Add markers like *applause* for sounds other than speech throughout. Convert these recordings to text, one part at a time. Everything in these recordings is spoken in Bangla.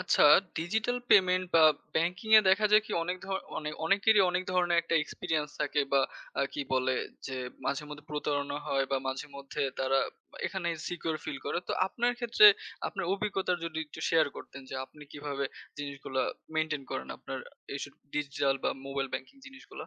আচ্ছা, ডিজিটাল পেমেন্ট বা ব্যাংকিং এ দেখা যায় কি অনেক ধর অনেক অনেকেরই অনেক ধরনের একটা এক্সপিরিয়েন্স থাকে বা কি বলে যে মাঝে মধ্যে প্রতারণা হয় বা মাঝে মধ্যে তারা এখানে সিকিউর ফিল করে। তো আপনার ক্ষেত্রে আপনার অভিজ্ঞতা যদি একটু শেয়ার করতেন যে আপনি কিভাবে জিনিসগুলা মেনটেন করেন আপনার এইসব ডিজিটাল বা মোবাইল ব্যাংকিং জিনিসগুলা।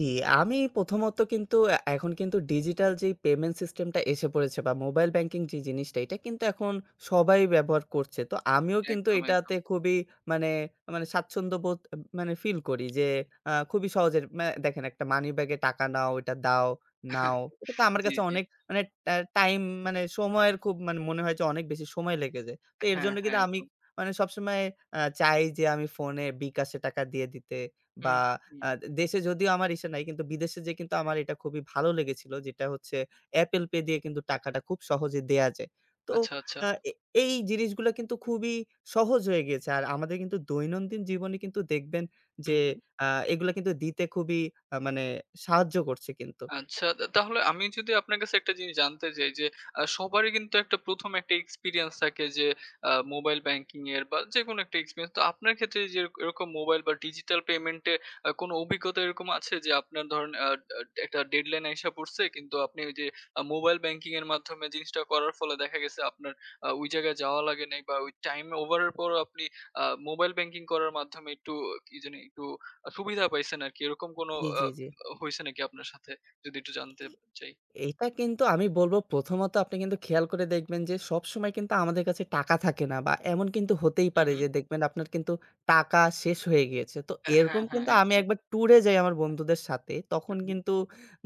জি, আমি প্রথমত কিন্তু এখন কিন্তু ডিজিটাল যেই পেমেন্ট সিস্টেমটা এসে পড়েছে বা মোবাইল ব্যাংকিং যে জিনিসটা, এটা কিন্তু এখন সবাই ব্যবহার করছে। তো আমিও কিন্তু একদম, একদম। এটাতে খুবই মানে, মানে স্বাচ্ছন্দ্যবোধ মানে ফিল করি যে খুবই সহজে দেখেন একটা মানি ব্যাগে টাকা নাও, এটা দাও, নাও। *laughs* এটা তো আমার জি, কাছে জি। অনেক মানে টা টাইম মানে সময়ের খুব মানে মনে হয় যে অনেক বেশি সময় লেগে যায়। তো এর হ্যাঁ, জন্য হ্যাঁ, কিন্তু আমি একদম। মানে সবসময় চাই যে আমি ফোনে বিকাশে টাকা দিয়ে দিতে বা হুম, হুম। আ দেশে যদিও আমার ইসে নাই কিন্তু বিদেশে যেয়ে কিন্তু আমার এটা খুবই ভালো লেগেছিল। যেটা হচ্ছে Apple Pay দিয়ে কিন্তু টাকাটা খুব সহজে দেয়া যায়। তো আচ্ছা, আচ্ছা। আ এ এই জিনিসগুলা কিন্তু খুবই সহজ হয়ে গিয়েছে। আর আমাদের কিন্তু দৈনন্দিন জীবনে কিন্তু দেখবেন হুম, যে হুম। আ এগুলা কিন্তু দিতে খুবই মানে সাহায্য করছে কিন্তু। আচ্ছা, তা তাহলে আমি যদি আপনার কাছে একটা জিনিস জানতে চাই যে, সবারই কিন্তু একটা ১ম একটা এক্সপেরিয়েন্স থাকে যে, মোবাইল ব্যাংকিং এর বা যেকোনো একটা এক্সপেরিয়েন্স। তো আপনার ক্ষেত্রে যে এরকম মোবাইল বা ডিজিটাল পেমেন্ট এ কোনো অভিজ্ঞতা এরকম আছে যে, আপনার ধরেন আ আ একটা ডেডলাইন আইসা পড়ছে কিন্তু আপনি ওই যে মোবাইল ব্যাংকিং এর মাধ্যমে জিনিসটা করার ফলে দেখা গেছে আপনার ওই জায়গায় যাওয়া লাগে নাই বা ওই টাইম ওভারের পরও আপনি মোবাইল ব্যাংকিং করার মাধ্যমে একটু কি জানি একটু সুবিধা পাইছেন আরকি। এরকম কোনো জি, আ জি, জি। হইছে নাকি আপনার সাথে? যদি একটু জানতে চাই। এটা কিন্তু আমি বলব প্রথমত আপনি কিন্তু খেয়াল করে দেখবেন যে সবসময় কিন্তু আমাদের কাছে টাকা থাকে না বা এমন কিন্তু হতেই হুম, পারে হুম। যে দেখবেন আপনার কিন্তু টাকা শেষ হয়ে গিয়েছে। তো হ্যাঁ, এরকম হ্যাঁ, কিন্তু আমি একদম। একবার ট্যুরে যাই আমার বন্ধুদের সাথে। হুম, তখন হুম। কিন্তু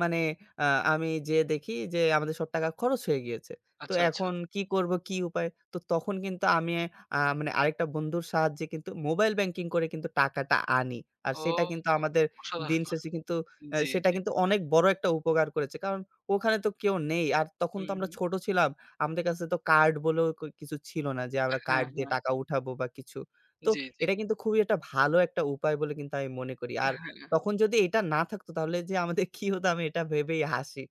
মানে আ আমি যেয়ে দেখি যে আমাদের সব টাকা খরচ হয়ে গিয়েছে। তো আচ্ছা, আচ্ছা। এখন কি করব, কি উপায়? তো তখন কিন্তু আমি মানে আরেকটা বন্ধুর সাহায্যে কিন্তু মোবাইল ব্যাংকিং করে কিন্তু টাকাটা আনি। আর ও, সেটা কিন্তু আমাদের দিন অসাধারণ! শেষে কিন্তু জি, সেটা জি। কিন্তু অনেক বড় একটা উপকার করেছে। কারণ ওখানে তো কেউ নেই। আর তখন তো হুম, আমরা হুম। ছোট ছিলাম। আমাদের কাছে তো কার্ড বলেও কিছু ছিল না যে আমরা হ্যাঁ, কার্ড দিয়ে হ্যাঁ। টাকা উঠাবো বা কিছু। তো জি, জি। এটা কিন্তু খুবই একটা ভালো একটা উপায় বলে কিন্তু আমি মনে করি। আর হ্যাঁ। তখন যদি এটা না থাকতো তাহলে যে আমাদের কি হতো আমি এটা ভেবেই হাসি।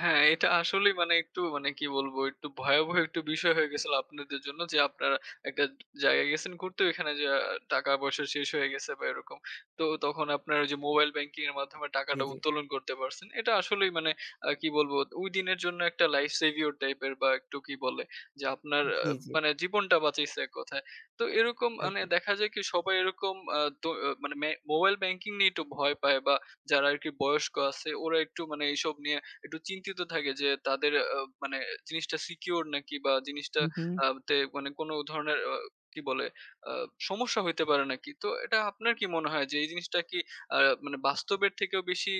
হ্যাঁ, এটা আসলেই মানে একটু মানে কি বলবো? একটু ভয়াবহ একটু বিষয় হয়ে গেছিল আপনাদের জন্য যে, আপনারা একটা জায়গায় গেছেন ঘুরতে, ওইখানে যেয়ে টাকা-পয়সা শেষ হয়ে গেছে বা এরকম। তো তখন আপনারা ওই যে মোবাইল ব্যাংকিং এর মাধ্যমে জি, টাকাটা জি। উত্তোলন করতে পারছেন। এটা আসলেই মানে কি বলবো? ওই দিনের জন্য একটা লাইফ সেভিওর টাইপের বা একটু কি বলে? যে আপনার জি, জি। মানে জীবনটা বাঁচাইছে এক কথায়। তো এরকম মানে একদম। দেখা যায় কি সবাই এরকম তো মানে মোবাইল ব্যাংকিং নিয়ে একটু ভয় পায় বা যারা আরকি বয়স্ক আছে ওরা একটু মানে এইসব নিয়ে একটু চিন্তিত থাকে যে তাদের মানে জিনিসটা সিকিউর নাকি বা জিনিসটা হু, হু। আহ, তে মানে কোনো ধরনের কি বলে আহ, সমস্যা হইতে পারে নাকি। তো এটা আপনার কি মনে হয় যে এই জিনিসটা কি মানে বাস্তবের থেকেও বেশি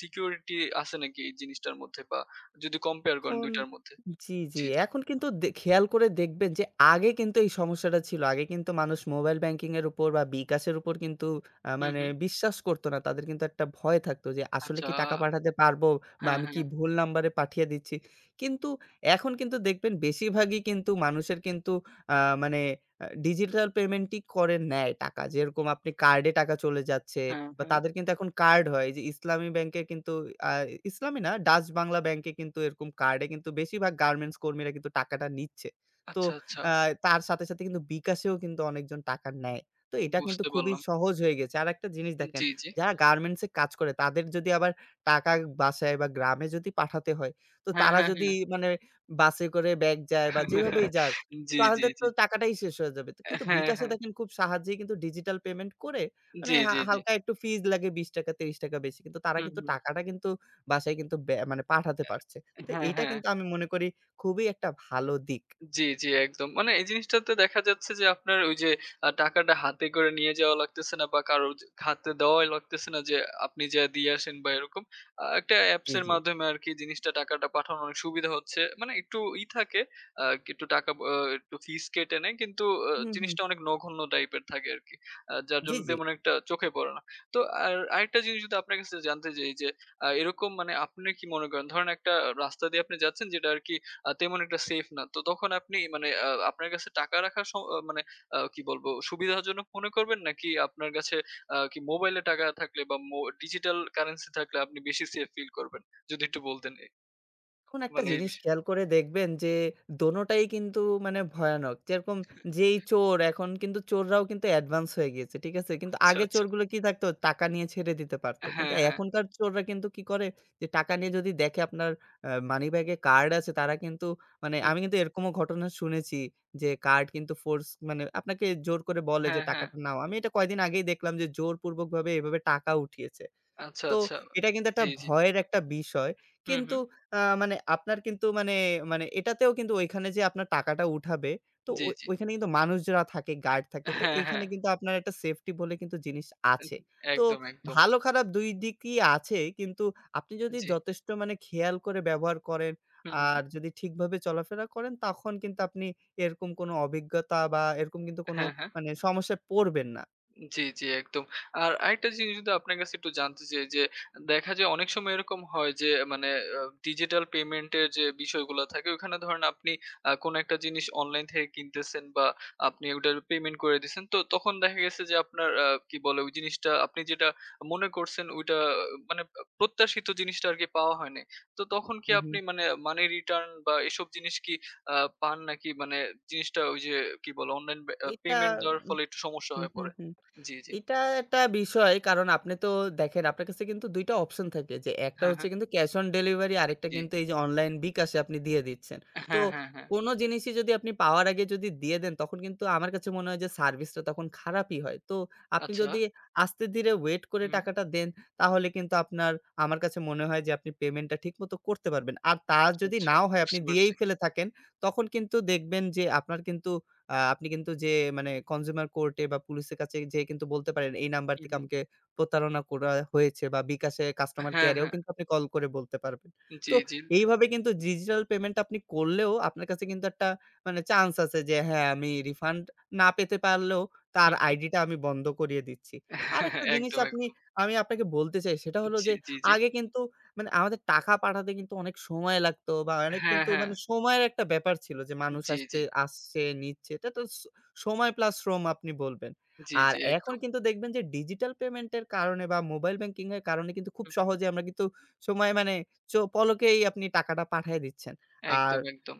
সিকিউরিটি আছে নাকি এই জিনিসটার মধ্যে বা যদি কম্পেয়ার করেন এখন দুইটার মধ্যে। জি, জি। জি, জি। এখন কিন্তু খেয়াল করে দেখবেন যে আগে কিন্তু এই সমস্যাটা ছিল। আগে কিন্তু মানুষ মোবাইল ব্যাংকিং এর উপর বা বিকাশ এর উপর কিন্তু হুম, মানে হুম। বিশ্বাস করত না। তাদের কিন্তু একটা ভয় থাকতো যে আসলে আচ্ছা। কি টাকা পাঠাতে পারবো বা হ্যাঁ, আমি কি হ্যাঁ, ভুল নাম্বারে পাঠিয়ে দিচ্ছি। কিন্তু এখন কিন্তু দেখবেন বেশিরভাগই কিন্তু মানুষের কিন্তু আ মানে ডিজিটাল পেমেন্টই করে নেয় টাকা। যেরকম আপনি কার্ডে টাকা চলে যাচ্ছে। হ্যাঁ, বা হ্যাঁ। তাদের কিন্তু এখন কার্ড হয় এই যে ইসলামী ব্যাংকে কিন্তু আ ইসলামী না ডাচ বাংলা ব্যাংকে কিন্তু এরকম কার্ডে কিন্তু বেশিরভাগ গার্মেন্টস কর্মীরা কিন্তু টাকাটা নিচ্ছে। তো আচ্ছা, আচ্ছা, আ তার সাথে, সাথে কিন্তু বিকাশেও কিন্তু অনেকজন টাকা নেয়। তো এটা কিন্তু বুঝতে খুবই পারলাম। সহজ হয়ে গেছে। আরেকটা জিনিস দেখেন জি, জি। যারা গার্মেন্টস এ কাজ করে তাদের যদি আবার টাকা বাসায় বা গ্রামে যদি পাঠাতে হয় তো হ্যাঁ, তারা হ্যাঁ, যদি হ্যাঁ। মানে বাসে করে ব্যাগ যায় বা যেভাবেই *laughs* যাক জি, জি, তাহলে জি। তো টাকাটাই শেষ হয়ে যাবে। তো কিন্তু হ্যাঁ, বিকাশে হ্যাঁ। দেখেন খুব সাহায্যেই কিন্তু ডিজিটাল পেমেন্ট করে মানে জি, জি, জি। হালকা একটু ফিজ লাগে ৳২০, ৳৩০ বেশি। কিন্তু তারা হুম, কিন্তু হুম। টাকাটা কিন্তু বাসায় কিন্তু মানে পাঠাতে পারছে। তো হ্যাঁ, এইটা হ্যাঁ। কিন্তু আমি মনে করি খুবই একটা ভালো দিক। জি, জি, একদম। মানে এই জিনিসটাতে দেখা যাচ্ছে যে আপনার ওই যে টাকাটা হাতে করে নিয়ে যাওয়া লাগতেছে না বা কারো হাতে দেওয়াই লাগতেছে না যে আপনি যেয়ে দিয়ে আসেন বা এরকম। একটা অ্যাপস জি, এর জি। মাধ্যমে আরকি জিনিসটা টাকাটা পাঠানো অনেক সুবিধা হচ্ছে। মানে একটু ই থাকে আ একটু টাকা একটু ফিস কেটে নেয় কিন্তু হুম, হুম। জিনিসটা অনেক নগণ্য টাইপের থাকে আরকি। যার জি, জন্য জি। তেমন একটা চোখে পড়ে না। তো আর আরেকটা জিনিস যদি আপনার কাছে জানতে চাই যে এরকম মানে আপনি কি মনে করেন? ধরেন একটা রাস্তা দিয়ে আপনি যাচ্ছেন যেটা আরকি তেমন একটা সেফ না। তো তখন আপনি মানে আপনার কাছে টাকা রাখার স আ মানে কি বলবো সুবিধাজনক মনে করবেন? নাকি আপনার কাছে কি মোবাইলে টাকা থাকলে বা ডিজিটাল কারেন্সি থাকলে আপনি বেশি সেফ ফিল করবেন? যদি একটু বলতেন এখন একটা মানে এই জিনিস বিষয়ে। খেয়াল করে দেখবেন যে দোনোটাই কিন্তু মানে ভয়ানক। যেরকম যেই চোর এখন কিন্তু চোররাও কিন্তু অ্যাডভান্স হয়ে গিয়েছে। ঠিক আছে? কিন্তু আচ্ছা, আগে আচ্ছা। চোরগুলো কি থাকতো? টাকা নিয়ে ছেড়ে দিতে পারতো। কিন্তু হ্যাঁ, হ্যাঁ। এখনকার চোররা কিন্তু কি করে? যে টাকা নিয়ে যদি দেখে আপনার মানি ব্যাগে কার্ড আছে তারা কিন্তু মানে হুম, আমি কিন্তু এরকমও ঘটনা শুনেছি যে কার্ড কিন্তু ফোর্স মানে আপনাকে জোর করে বলে যে হ্যাঁ, হ্যাঁ। টাকাটা নাও। আমি এটা কয়দিন আগেই দেখলাম যে জোরপূর্বকভাবে এভাবে টাকা উঠিয়েছে। আচ্ছা, তো আচ্ছা। এটা কিন্তু জি, একটা জি। ভয়ের একটা বিষয়। হুম, কিন্তু হুম। মানে আপনার কিন্তু মানে এটাতেও কিন্তু ওইখানে যে আপনার টাকাটা উঠাবে, তো জি, জি। ওইখানে কিন্তু মানুষরা থাকে, গার্ড থাকে। তো হ্যাঁ, হ্যাঁ। এইখানে কিন্তু আপনার একটা সেফটি বলে কিন্তু জিনিস আছে। তো একদম, একদম। ভালো খারাপ ২ দিকই আছে। কিন্তু আপনি যদি জি। যথেষ্ট মানে খেয়াল করে ব্যবহার করেন, হুম, হুম। আর যদি ঠিকভাবে চলাফেরা করেন, তখন কিন্তু আপনি এরকম কোনো অভিজ্ঞতা বা এরকম কিন্তু কোনো হ্যাঁ, হ্যাঁ। মানে সমস্যায় পড়বেন না। জি, জি, একদম। আর আরেকটা জিনিস যদি আপনার কাছে একটু জানতে চাই যে, দেখা যায় অনেক সময় এরকম হয় যে মানে আ ডিজিটাল পেমেন্টের যে বিষয়গুলো থাকে ওখানে ধরেন আপনি কোনো একটা জিনিস অনলাইন থেকে কিনতেছেন বা আপনি ওটার পেমেন্ট করে দিছেন। তো তখন দেখা গেছে যে আপনার কি বলে ওই জিনিসটা আপনি যেটা মনে করছেন ওইটা মানে প্রত্যাশিত জিনিসটা আরকি পাওয়া হয় নাই। তো তখন কি হু, হু। আপনি মানে মানি রিটার্ন বা এসব জিনিস কি আ পান নাকি? মানে জিনিসটা ওই যে কি বলে অনলাইন পে এটা পেমেন্ট দেওয়ার ফলে একটু সমস্যা হু, হয়ে হু, পড়ে? হু। জি, জি। এটা একটা বিষয় কারণ আপনি তো দেখেন আপনার কাছে কিন্তু ২ টা অপশন থাকে যে একটা হ্যাঁ, হচ্ছে হ্যাঁ। কিন্তু ক্যাশ অন ডেলিভারি আরেকটা জি। কিন্তু এই যে অনলাইন বিকাশে আপনি দিয়ে দিচ্ছেন। তো হ্যাঁ, হ্যাঁ, হ্যাঁ। কোন জিনিসই যদি আপনি পাওয়ার আগে যদি দিয়ে দেন তখন কিন্তু আমার কাছে মনে হয় যে সার্ভিসটা তখন খারাপই হয়। তো আপনি আচ্ছা। যদি আস্তে ধীরে ওয়েট করে হুম। টাকাটা দেন তাহলে কিন্তু আপনার আমার কাছে মনে হয় যে আপনি পেমেন্টটা ঠিকমতো করতে পারবেন। আর তা আচ্ছা, যদি আচ্ছা, নাও হয় আপনি বুঝতে পারছি। দিয়েই ফেলে থাকেন তখন কিন্তু দেখবেন যে আপনার কিন্তু আপনি কিন্তু যেয়ে মানে কনজিউমার কোর্টে বা পুলিশের কাছে যেয়ে কিন্তু বলতে পারেন, "এই নাম্বার হুম, থেকে হুম। আমাকে প্রতারণা করা হয়েছে" বা বিকাশে কাস্টমার হ্যাঁ, কেয়ারেও হ্যাঁ। কিন্তু আপনি কল করে বলতে পারবেন। জি, তো জি। এইভাবে কিন্তু ডিজিটাল পেমেন্ট আপনি করলেও আপনার কাছে কিন্তু একটা মানে চান্স আছে যে, হ্যাঁ, আমি রিফান্ড না পেতে পারলেও তার হুম, হুম। আইডিটা আমি বন্ধ করিয়ে দিচ্ছি। আরেকটা *laughs* জিনিস একদম, আপনি একদম। আমি আপনাকে বলতে চাই সেটা হলো জি, যে, জি, জি। আগে কিন্তু মানে আমাদের টাকা পাঠাতে কিন্তু অনেক সময় লাগতো বা অনেক হ্যাঁ, কিন্তু হ্যাঁ। মানে সময়ের একটা ব্যাপার ছিল যে মানুষ জি, জি। আসতে আসছে, নিচ্ছে। এটা তো সময় প্লাস শ্রম আপনি বলবেন। জি, আর জি, এখন একদম। কিন্তু দেখবেন যে ডিজিটাল পেমেন্টের কারণে বা মোবাইল ব্যাংকিং এর কারণে কিন্তু খুব হুম, হুম। সহজে আমরা কিন্তু সময় মানে পলকেই আপনি টাকাটা পাঠায় দিচ্ছেন। আর একদম, একদম।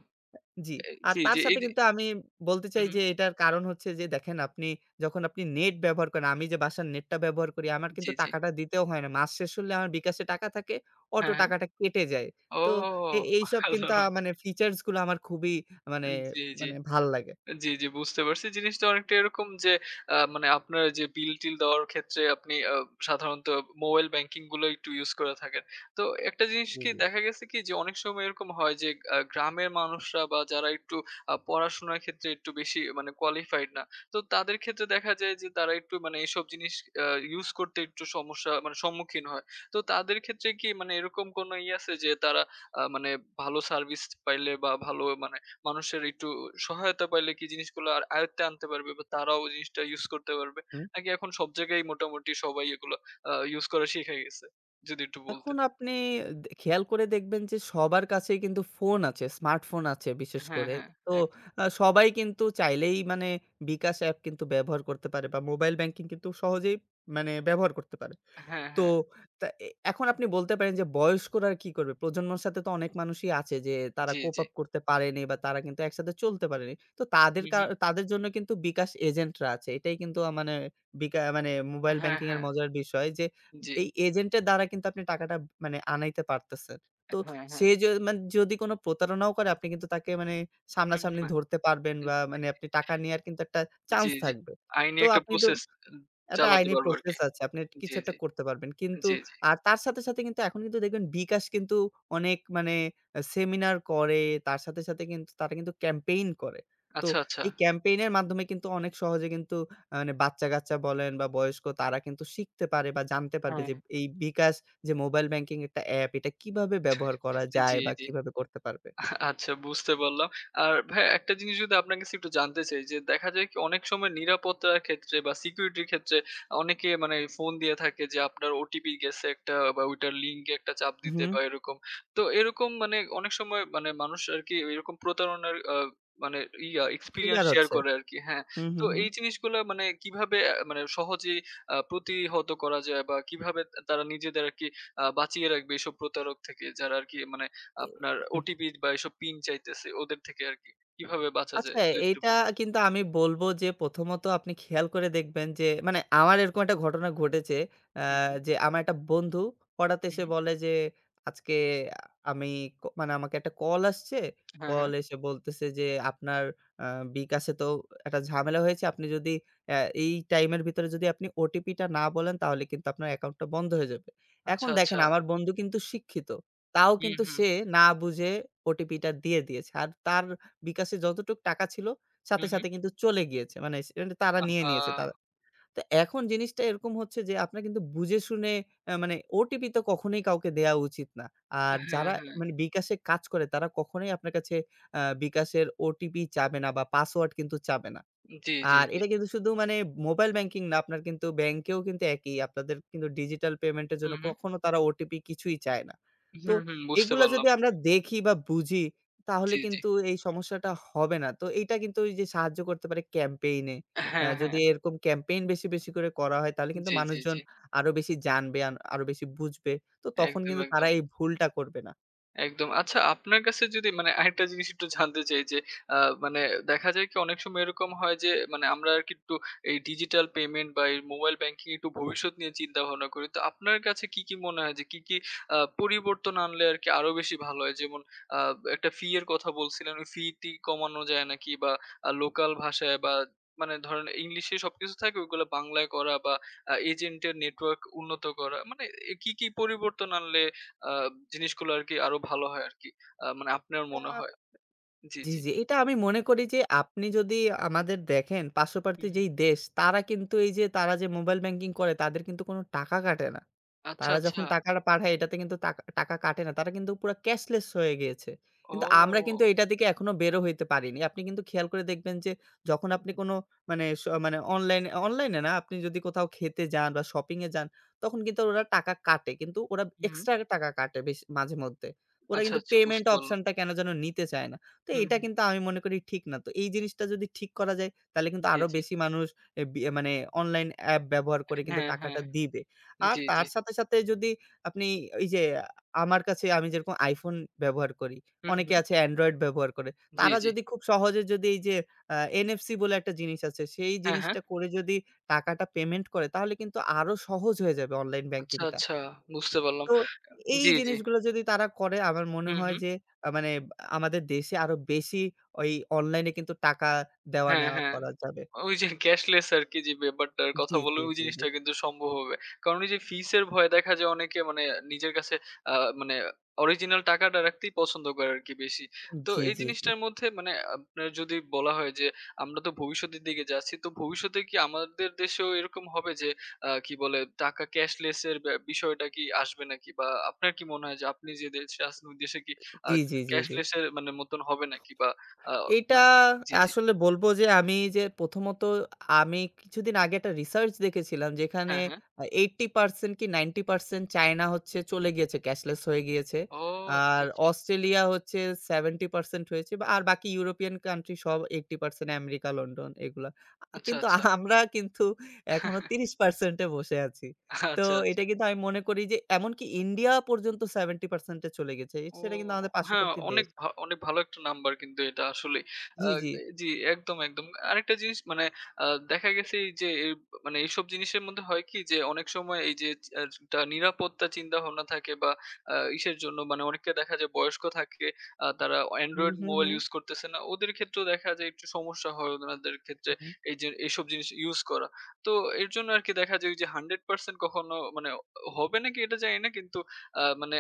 জি। এ আর জি, তার জি। এই সাথে যে কিন্তু আমি বলতে চাই হুম, যে এটার কারণ হচ্ছে যে দেখেন আপনি নেট ব্যবহার করেন, আমি যে বাসার নেটটা ব্যবহার করি আমার জি, কিন্তু জি। টাকাটা দিতেও হয় না। মাস শেষ হলে আমার বিকাশে টাকা থাকে, অটো হ্যাঁ, হ্যাঁ। টাকাটা কেটে যায়। ও! তো *laughs* এইসব কিন্তু অসাধারণ। মানে ফিচার্স গুলো আমার খুবই মানে, জি, জি। মানে ভাল লাগে। জি, জি, বুঝতে পারছি। জিনিসটা অনেকটা এরকম যে মানে আপনার যে বিল-টিল দেওয়ার ক্ষেত্রে আপনি সাধারণত মোবাইল ব্যাংকিং গুলো একটু ইউস করে থাকেন। তো একটা জিনিস জি, কি জি। দেখা গেছে কি যে অনেক সময় এরকম হয় যে গ্রামের মানুষরা বা যারা একটু পড়াশোনার ক্ষেত্রে একটু বেশি মানে কোয়ালিফাইড না। তো তাদের ক্ষেত্রে দেখা যায় যে তারা একটু মানে এসব জিনিস আ ইউস করতে একটু সমস্যা মানে সম্মুখীন হয়। তো তাদের ক্ষেত্রে কি মানে এরকম কোনো ইয়ে আছে যে তারা মানে ভালো সার্ভিস পাইলে বা ভালো মানে মানুষের একটু সহায়তা পাইলে কি জিনিসগুলো আর আয়ত্তে আনতে পারবে বা তারাও জিনিসটা ইউজ করতে পারবে? নাকি এখন সব জায়গায় মোটামুটি সবাই এগুলো ইউজ করা শিখে গেছে? যদি একটু বলতেন। এখন আপনি খেয়াল করে দেখবেন যে সবার কাছেই কিন্তু ফোন আছে, স্মার্টফোন আছে বিশেষ হ্যাঁ, করে। হ্যাঁ, তো একদম। সবাই কিন্তু চাইলেই মানে বিকাশ অ্যাপ কিন্তু ব্যবহার করতে পারে বা মোবাইল ব্যাংকিং কিন্তু সহজেই মানে ব্যবহার করতে পারে। হ্যাঁ, তো হ্যাঁ। তা এ এখন আপনি বলতে পারেন যে বয়স্করা আর কি করবে? প্রজন্মর সাথে তো অনেক মানুষই আছে যে তারা জি, কোপ জি। আপ করতে পারেনি বা তারা কিন্তু একসাথে চলতে পারেনি। তো হুম, হুম। তাদের জন্য কিন্তু বিকাশ এজেন্টরা আছে। এটাই কিন্তু মানে মানে মোবাইল হ্যাঁ, ব্যাংকিং এর হ্যাঁ। মজার বিষয় যে জি। এই এজেন্টের দ্বারা কিন্তু আপনি টাকাটা মানে আনাইতে পারতেছেন। তো হ্যাঁ, হ্যাঁ। সে য মানে যদি কোনো প্রতারণাও করে আপনি কিন্তু তাকে মানে হুম, সামনাসামনি হুম। ধরতে পারবেন বা মানে আপনি টাকা নেয়ার কিন্তু একটা জি, চান্স জি। থাকবে। আইনি তো একটা আপনি তো প্রসেস একটা চালাতে আইনি পারবো আরকি। প্রসেস আছে। আপনি জি, কিছু একটা জি। করতে পারবেন। কিন্তু জি, জি। আর তার সাথে, সাথে কিন্তু এখন কিন্তু দেখবেন বিকাশ কিন্তু অনেক মানে সেমিনার করে। তার সাথে, সাথে কিন্তু তারা কিন্তু ক্যাম্পেইন করে। তো আচ্ছা, আচ্ছা। এই ক্যাম্পেইনের মাধ্যমে কিন্তু অনেক সহজে কিন্তু মানে বাচ্চা-কাচ্চা বলেন বা বয়স্ক তারা কিন্তু শিখতে পারে বা জানতে পারবে হ্যাঁ। যে এই বিকাশ যে মোবাইল ব্যাংকিং একটা অ্যাপ এটা কিভাবে ব্যবহার করা যায় জি, বা জি। কিভাবে করতে পারবে? আচ্ছা, বুঝতে পারলাম। আর ভাইয়া একটা জিনিস যদি আপনার কাছে একটু জানতে চাই যে দেখা যায় কি অনেক সময় নিরাপত্তার ক্ষেত্রে বা সিকিউরিটির ক্ষেত্রে অনেকে মানে ফোন দিয়ে থাকে যে আপনার ওটিপি গেছে একটা বা ওইটার লিঙ্কে একটা চাপ দিতে হুম, বা এরকম। তো এরকম মানে অনেক সময় মানে মানুষ আরকি এরকম প্রতারণার মানে ইয়া এক্সপেরিয়েন্স শিকার শেয়ার হচ্ছে। করে আরকি, হ্যাঁ। হুম, তো হুম, হুম। এই জিনিসগুলা মানে কিভাবে মানে সহজেই প্রতিহত করা যায় বা কিভাবে তারা নিজেদের আরকি বাঁচিয়ে রাখবে এসব প্রতারক থেকে যারা আরকি মানে এ আপনার হুম। ওটিপি বা এসব পিন চাইতেছে ওদের থেকে আরকি। কিভাবে বাঁচা যায় আচ্ছা, যদি একটু এইটা বল। কিন্তু আমি বলবো যে প্রথমত আপনি খেয়াল করে দেখবেন যে মানে আমার এরকম একটা ঘটনা ঘটেছে। আ হুম, হুম, যে আমার একটা বন্ধু হঠাৎ হুম, এসে হুম। বলে যে, "আজকে আমি ক" মানে আমাকে একটা কল আসছে। হ্যাঁ, হ্যাঁ। কল এসে বলতেছে যে, "আপনার আ বিকাশে তো একটা ঝামেলা হয়েছে। আপনি যদি অ্যা এই টাইমের ভিতরে যদি আপনি ওটিপিটা না বলেন তাহলে কিন্তু আপনার অ্যাকাউন্টটা বন্ধ হয়ে যাবে।" আচ্ছা, এখন দেখেন আচ্ছা। আমার বন্ধু কিন্তু শিক্ষিত। তাও হুম, কিন্তু হুম, সে না বুঝে ওটিপিটা দিয়ে দিয়েছে। আর তার বিকাশে যতটুক টাকা ছিল হুম, সাথে, হুম। সাথে কিন্তু চলে গিয়েছে। মানে সে মানে তারা নিয়ে আহা! নিয়েছে। তারা তো এখন জিনিসটা এরকম হচ্ছে যে আপনার কিন্তু বুঝে শুনে মানে ওটিপি তো কখনোই কাউকে দেয়া উচিত না। আর হ্যাঁ, যারা হ্যাঁ। মানে বিকাশে কাজ করে তারা কখনোই আপনার কাছে বিকাশের ওটিপি চাবে না বা পাসওয়ার্ড কিন্তু চাবে না। জি, জি, আর জি। এটা কিন্তু শুধু মানে মোবাইল ব্যাংকিং না, আপনার কিন্তু ব্যাংকেও কিন্তু একই। আপনাদের কিন্তু ডিজিটাল পেমেন্টের জন্য হুম, হুম, কখনো তারা ওটিপি কিছুই চায় না। তো হুম, হুম, বুঝতে এগুলা পারলাম। যদি আমরা দেখি বা বুঝি, তাহলে জি, জি। কিন্তু এই সমস্যাটা হবে না। তো এইটা কিন্তু ওই যে সাহায্য করতে পারে ক্যাম্পেইন এ। হ্যাঁ, যদি হ্যাঁ। এরকম ক্যাম্পেইন বেশি, বেশি করে করা হয় তাহলে কিন্তু জি, জি, মানুষজন জি। আরো বেশি জানবে, আরো বেশি বুঝবে। তো তখন একদম, কিন্তু তারা একদম। এই ভুলটা করবে না। একদম। আচ্ছা, আপনার কাছে যদি মানে আরেকটা জিনিস একটু জানতে চাই যে আ মানে দেখা যায় কি অনেক সময় এরকম হয় যে মানে আমরা আরকি একটু এই ডিজিটাল পেমেন্ট বা এই মোবাইল ব্যাংকিং একটু ভবিষ্যৎ নিয়ে চিন্তা ভাবনা করি। তো আপনার কাছে কি, কি মনে হয় যে কি, কি পরিবর্তন আনলে আরকি আরো বেশি ভালো হয়? যেমন আ একটা ফি এর কথা বলছিলেন। ওই ফি-টি কমানো যায় নাকি বা লোকাল ভাষায় বা মানে ধরেন ইংলিশে সবকিছু থাকে ওইগুলো বাংলায় করা বা এজেন্টের নেটওয়ার্ক উন্নত করা। মানে কি, কি পরিবর্তন আনলে আ জিনিসগুলো আরকি আরো ভালো হয় আরকি। মানে আপনার মনে হয়। আ জি, জি, জি। জি। এটা আমি মনে করি যে আপনি যদি আমাদের দেখেন পার্শ্ববর্তী হুম, হুম। যেই দেশ তারা কিন্তু এই যে তারা যে মোবাইল ব্যাংকিং করে তাদের কিন্তু কোনো টাকা কাটে না। আচ্ছা, তারা আচ্ছা। যখন টাকাটা পাঠায় এটাতে কিন্তু টাকা টাকা কাটে না। তারা কিন্তু পুরা ক্যাশলেস হয়ে গিয়েছে। কিন্তু আমরা কিন্তু ও! এটা থেকে এখনো হইতে পারিনি। আপনি কিন্তু খেয়াল করে দেখবেন যে যখন আপনি কোনো মানে মানে অনলাইনে না আপনি যদি কোথাও খেতে যান বা শপিং এ যান তখন কিন্তু ওরা টাকা কাটে। কিন্তু ওরা হুম। এক্সট্রা টাকা কাটে বেশ মাঝেমধ্যে। ওরা আচ্ছা, কিন্তু আচ্ছা, পেমেন্ট বুঝতে পারলাম। অপশন টা কেন যেন নিতে চায় না। তো হুম, এটা হুম। কিন্তু আমি মনে করি ঠিক না। তো এই জিনিসটা যদি ঠিক করা যায় তাহলে কিন্তু জি, আরো জি। বেশি মানুষ এ বি মানে অনলাইন অ্যাপ ব্যবহার করে হুম। কিন্তু হ্যাঁ, হ্যাঁ। টাকাটা দিবে। আর জি, জি। তার সাথে, সাথে যদি আপনি এই যে আমার কাছে আমি যেরকম iPhone ব্যবহার করি, হুম, অনেকে হুম। আছে Android ব্যবহার করে। জি, তারা জি। যদি খুব সহজে যদি এই যে আ NFC বলে একটা জিনিস আছে, সেই হ্যাঁ, হ্যাঁ। জিনিসটা করে যদি টাকাটা পেমেন্ট করে তাহলে কিন্তু আরো সহজ হয়ে যাবে অনলাইন আচ্ছা, ব্যাংকিংটা। আচ্ছা, বুঝতে পারলাম। তো এই জি, জি। জিনিসগুলো যদি তারা করে আমার মনে হুম, হয় হুম। যে মানে আমাদের দেশে আরো বেশি ওই অনলাইনে কিন্তু টাকা দেওয়া হ্যাঁ, নেওয়া হ্যাঁ। করা যাবে। ওই যে ক্যাশলেস আরকি যে ব্যাপারটার কথা জি, জি, বললেন ওই জি, জি। জিনিসটা কিন্তু সম্ভব হবে। কারণ ওই যে ফিসের ভয়ে দেখা যায় অনেকে মানে নিজের কাছে আ মানে অরিজিনাল টাকাটা রাখতেই পছন্দ করে আরকি বেশি। তো জি, এই জি, জি। জিনিসটার মধ্যে মানে আপনার যদি বলা হয় যে আমরা তো ভবিষ্যতের দিকে যাচ্ছি। তো ভবিষ্যতে কি আমাদের দেশেও এরকম হবে যে কি বলে টাকা ক্যাশলেস এর বিষয়টা কি আসবে নাকি? বা আপনার কি মনে হয় যে আপনি যে দেশে আছেন ওই দেশে কি আ জি, জি, জি, জি। ক্যাশলেস এর মানে মতন হবে নাকি? বা আ এইটা ম্যা জি, জি। আসলে বলব যে আমি যে প্রথমত আমি কিছুদিন আগে একটা রিসার্চ দেখেছিলাম যেখানে হ্যাঁ, হ্যাঁ। 80% কি 90% চায়না হচ্ছে চলে গিয়েছে ক্যাশলেস হয়ে গিয়েছে। ও, আচ্ছা, আর আচ্ছা। অস্ট্রেলিয়া হচ্ছে 70% হয়েছে বা আর বাকি ইউরোপিয়ান কান্ট্রি সব 80% আমেরিকা, লন্ডন এগুলা। আচ্ছা, কিন্তু আচ্ছা। আমরা কিন্তু এখনো *laughs* 30% এ বসে আছি। তো আচ্ছা, আচ্ছা। এটা কিন্তু আমি মনে করি যে এমনকি ইন্ডিয়া পর্যন্ত 70% এ চলে গেছে। ও, সেটা কিন্তু আমাদের হ্যাঁ, পার্শ্ববর্তী অনেক দেশ। অনেক ভালো একটা নাম্বার কিন্তু এটা আসলেই। আ জি, জি। জি, একদম, একদম। আরেকটা জিনিস মানে আ দেখা গেছে এই যে মানে এইসব জিনিসের মধ্যে হয় কি যে অনেক সময় এই যে আ টা নিরাপত্তা চিন্তাভাবনা থাকে বা ইসের জন্য মানে অনেককে দেখা যায় বয়স্ক থাকে। তারা হুম, Android হুম, মোবাইল হুম। ইউজ করতেছে না। ওদের ক্ষেত্রেও দেখা যায় একটু সমস্যা হয় ওনাদের ক্ষেত্রে এই যে এইসব জিনিস ইউজ করা। তো এর জন্য আরকি দেখা যায় ওই যে 100% কখনো মানে হবে নাকি এটা জানি না। কিন্তু মানে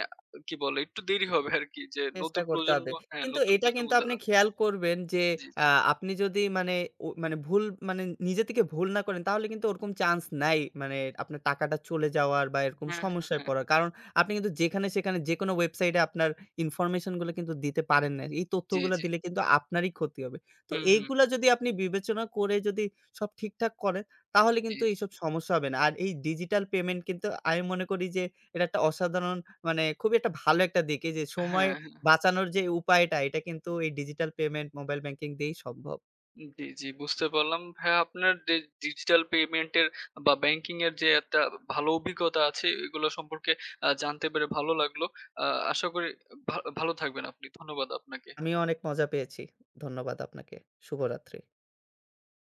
কি বলে? একটু দেরি হবে আরকি যে চেষ্টা নতুন করতে প্রজন্ম, হবে। হ্যাঁ, কিন্তু নতুন এটা প্রজন্ম কিন্তু আপনি দ্বারা। খেয়াল করবেন যে জি, জি। আ আপনি যদি মানে মানে মানে নিজে থেকে ভুল না করেন তাহলে কিন্তু ওরকম চান্স নাই। মানে আপনার টাকাটা চলে যাওয়ার বা এরকম হ্যাঁ, হ্যাঁ, সমস্যায় হ্যাঁ। পড়ার। কারণ আপনি কিন্তু যেখানে সেখানে যেকোনো ওয়েবসাইটে আপনার ইনফরমেশন গুলো কিন্তু দিতে পারেন না। এই জি, তথ্যগুলা জি। দিলে কিন্তু আপনারই ক্ষতি হবে। তো হুম, হুম। এইগুলা যদি আপনি বিবেচনা করে যদি সব ঠিকঠাক করেন তাহলে জি, কিন্তু জি। এইসব সমস্যা হবে না। আর এই ডিজিটাল পেমেন্ট কিন্তু আমি মনে করি যে এটা একটা অসাধারণ মানে খুবই একটা ভালো একটা দিক। এই যে সময় হ্যাঁ, হ্যাঁ। বাঁচানোর যে উপায়টা এটা কিন্তু এই ডিজিটাল পেমেন্ট, মোবাইল ব্যাংকিং দিয়েই সম্ভব। জি, জি, বুঝতে পারলাম। ভাইয়া আপনার যে ডিজিটাল পেমেন্ট এর বা ব্যাংকিং এর যে একটা ভালো অভিজ্ঞতা আছে এগুলো সম্পর্কে জানতে পেরে ভালো লাগলো। আ আশা করি ভালো থাকবেন আপনি। ধন্যবাদ আপনাকে। আমিও অনেক মজা পেয়েছি। ধন্যবাদ আপনাকে। শুভরাত্রি।